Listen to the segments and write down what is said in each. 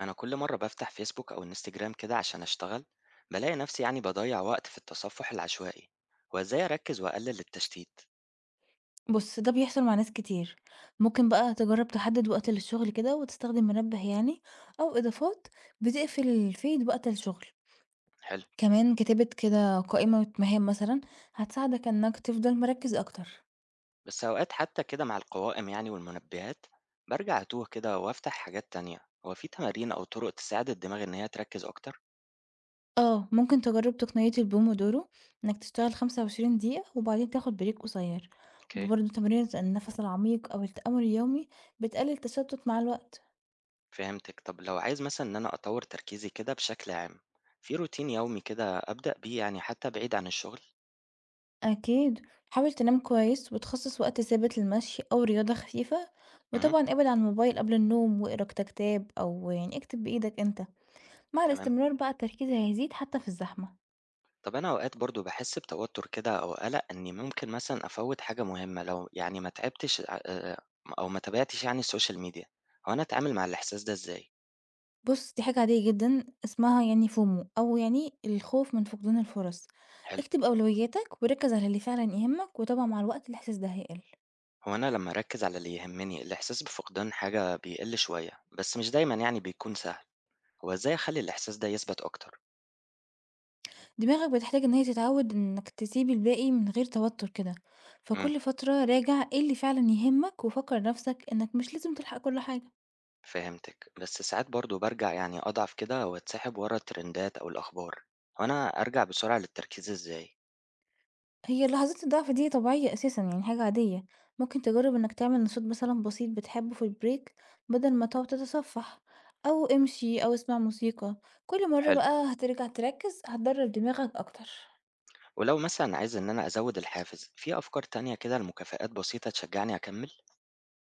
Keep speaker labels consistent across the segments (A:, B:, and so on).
A: أنا كل مرة بفتح فيسبوك أو انستجرام كده عشان أشتغل بلاقي نفسي يعني بضيع وقت في التصفح العشوائي، وإزاي أركز وأقلل التشتيت.
B: بُص، ده بيحصل مع ناس كتير، ممكن بقى تجرّب تحدد وقت للشغل كده وتستخدم منبه يعني أو إضافات بتقفل الفيد وقت الشغل،
A: حلو.
B: كمان كتابة كده قائمة مهام مثلًا هتساعدك إنك تفضل مركّز أكتر.
A: بس أوقات حتى كده مع القوائم يعني والمنبهات برجع أتوه كده وأفتح حاجات تانية. هو في تمارين أو طرق تساعد الدماغ إن هي تركز أكتر؟
B: آه، ممكن تجرّب تقنية البومودورو إنك تشتغل 25 دقيقة وبعدين تاخد بريك قصير،
A: أوكي.
B: وبرضه تمرينة النفس العميق أو التأمل اليومي بتقلل التشتت مع الوقت.
A: فهمتك. طب لو عايز مثلا إن أنا أطور تركيزي كده بشكل عام، في روتين يومي كده أبدأ بيه يعني حتى بعيد عن الشغل؟
B: أكيد حاول تنام كويس وتخصص وقت ثابت للمشي أو رياضة خفيفة
A: امم
B: وطبعا ابعد عن الموبايل قبل النوم واقرا كتاب أو يعني اكتب بإيدك انت مع
A: تمام.
B: الاستمرار بقى التركيز هيزيد حتى في الزحمة.
A: طب أنا أوقات برضه باحس بتوتر كده أو قلق إني ممكن مثلًا أفوّت حاجة مهمة لو يعني ما تعبتش ع أو ما تابعتش يعني السوشيال ميديا، هو أنا أتعامل مع الإحساس ده إزاي؟
B: بص دي حاجة عادية جدا اسمها يعني فومو أو يعني الخوف من فقدان الفرص.
A: حلو،
B: اكتب أولوياتك وركز على اللي فعلا يهمك وطبعا مع الوقت الإحساس ده هيقل.
A: هو أنا لمّا أركّز على اللي يهمني الإحساس بفقدان حاجة بيقل شوية، بس مش دايمًا يعني بيكون سهل، هو إزاي أخلّي الإحساس ده يثبت أكتر؟
B: دماغك بتحتاج إن هي تتعود إنك تسيب الباقي من غير توتر كده،
A: إمم،
B: فكل فترة راجع ايه اللي فعلا يهمك وفكر نفسك إنك مش لازم تلحق كل حاجة.
A: فهمتِك، بس ساعات برضه بارجع يعني أضعف كده وأتسحب ورا الترندات أو الأخبار، هو أنا أرجع بسرعة للتركيز إزاي؟
B: هي لحظات الضعف دي طبيعية أساسا يعني حاجة عادية، ممكن تجرب إنك تعمل نشاط مثلا بسيط بتحبه في البريك بدل ما تقعد تتصفح، أو امشي أو اسمع موسيقى. كل مرة
A: حلو.
B: بقى هترجع تركز هتدرب دماغك أكتر.
A: ولو مثلًا عايز إن أنا أزوّد الحافز، في أفكار تانية كده لمكافآت بسيطة تشجّعني أكمّل؟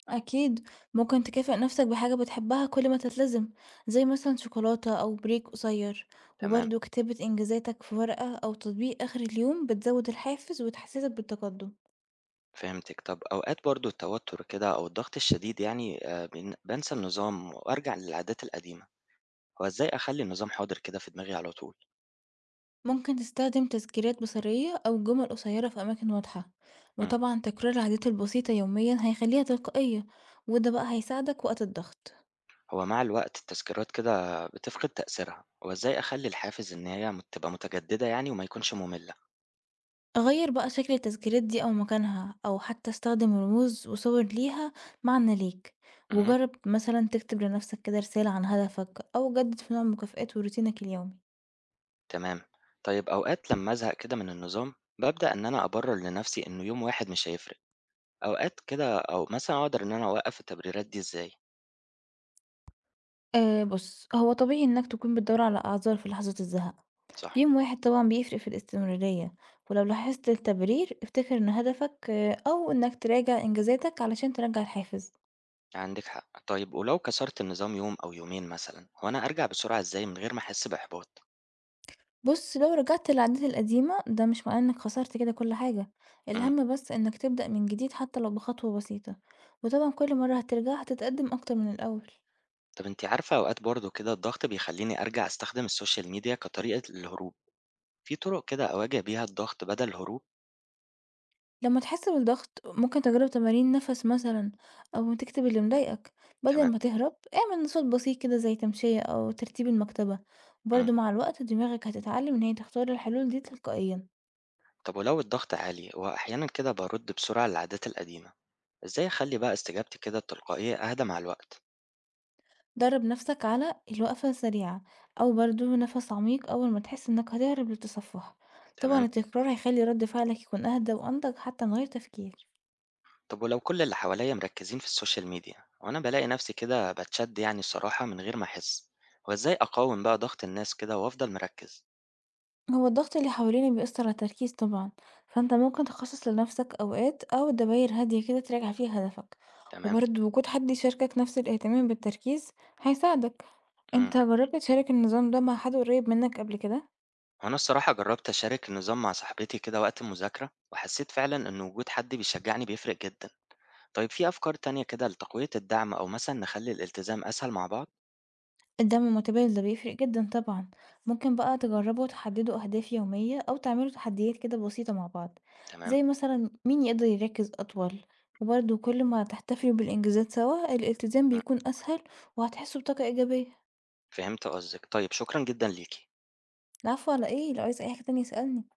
B: أكيد، ممكن تكافئ نفسك بحاجة بتحبها كل ما تلتزم، زي مثلا شوكولاتة أو بريك قصير.
A: تمام،
B: وبرضه كتابة إنجازاتك في ورقة أو تطبيق آخر اليوم بتزود الحافز وتحسسك بالتقدم.
A: فهمتِك. طَب أوقات برضه التوتر كده أو الضغط الشديد يعني بانسى النظام وأرجع للعادات القديمة، هو إزاي أخلّي النظام حاضر كده في دماغي على طول؟
B: ممكن تستخدم تذكيرات بصرية أو جمل قصيرة في أماكن واضحة،
A: إمم.
B: وطبعا تكرار العادات البسيطة يوميا هيخليها تلقائية. وده بقى هيساعدك وقت الضغط.
A: هو مع الوقت التذكيرات كده بتفقد تأثيرها، هو إزاي أخلّي الحافز إن هي مت تبقى متجددة يعني وما يكونش مُمِلّة؟
B: أغيّر بقى شكل التسجيلات دي أو مكانها، أو حتى أستخدم رموز وصور ليها معنى ليك،
A: اهم.
B: وجرّب مثلًا تكتب لنفسك كده رسالة عن هدفك، أو جدد في نوع المكافآت وروتينك اليومي.
A: تمام. طيب أوقات لمّا أزهق كده من النظام، بابدأ إن أنا أبرر لنفسي إنه يوم واحد مش هيفرق. أوقات كده أو مثلًا أقدر إن أنا أوقّف التبريرات دي إزاي؟
B: بُص، هو طبيعي إنك تكون بتدوّر على أعذار في لحظة الزهق،
A: صح،
B: يوم واحد طبعًا بيفرق في الاستمرارية، ولو لاحظت التبرير افتكر إن هدفك آه، أو إنك تراجع إنجازاتك علشان ترجّع الحافز.
A: عندِك حق. طيب ولو كسرت النظام يوم أو يومين مثلًا، هو أنا أرجع بسرعة إزاي من غير ما أحس بإحباط؟
B: بُص، لو رجعت للعادات القديمة، ده مش معناه إنك خسرت كده كل حاجة،
A: إمم.
B: الهَم بس إنك تبدأ من جديد حتى لو بخطوة بسيطة، وطبعًا كل مرة هترجع هتتقدم أكتر من الأول.
A: طب أنتِ عارفة أوقات برضه كده الضغط بيخلّيني أرجع أستخدم الSocial Media كطريقة للهروب، في طرق كده أواجه بيها الضغط بدل الهروب؟
B: لما تحس بالضغط، ممكن تجرب تمارين نَفَس مثلًا أو تكتب اللي مضايقك، بدل
A: تمام،
B: ما تهرب اعمل نشاط بسيط كده زي تمشية أو ترتيب المكتبة،
A: إمم.
B: برضه مع الوقت دماغك هتتعلم إن هي تختار الحلول دي تلقائيًا.
A: طب ولو الضغط عالي وأحيانًا كده بارُد بسرعة للعادات القديمة، إزاي أخلّي بقى استجابتي كده التلقائية أهدى مع الوقت؟
B: درب نفسك على الوقفة السريعة أو برضو نفس عميق أول ما تحس إنك هتهرب للتصفح. طبعا
A: تمام.
B: التكرار هيخلي رد فعلك يكون أهدى وأنضج حتى من غير تفكير.
A: طب ولو كل اللي حواليا مركزين في السوشيال ميديا وأنا بلاقي نفسي كده بتشد يعني الصراحة من غير ما أحس، هو إزاي أقاوم بقى ضغط الناس كده وأفضل مركز؟
B: هو الضغط اللي حوالينا بيأثر على التركيز طبعا، فأنت ممكن تخصص لنفسك أوقات أو دواير هادية كده تراجع فيها هدفك.
A: تمام.
B: وبرضو وجود حد يشاركك نفس الاهتمام بالتركيز هيساعدك.
A: امم.
B: انت جربت تشارك النظام ده مع حد قريب منك قبل كده؟
A: وأنا الصراحة جربت أشارك النظام مع صاحبتي كده وقت المذاكرة وحسيت فعلا إن وجود حد بيشجعني بيفرق جدا. طيب في أفكار تانية كده لتقوية الدعم أو مثلا نخلي الالتزام أسهل مع بعض؟
B: الدعم المتبادل ده بيفرق جدًا طبعًا، ممكن بقى تجربوا تحددوا أهداف يومية أو تعملوا تحديات كده بسيطة مع بعض،
A: تمام.
B: زي مثلًا مين يقدر يركز أطول، وبرضه كل ما تحتفلوا بالإنجازات سوا الالتزام
A: امم.
B: بيكون أسهل وهتحسوا بطاقة إيجابية.
A: فهمت قصدك. طيب شكرا جدا ليكي.
B: العفو على إيه، لو عايز أي حاجة تانية اسألني.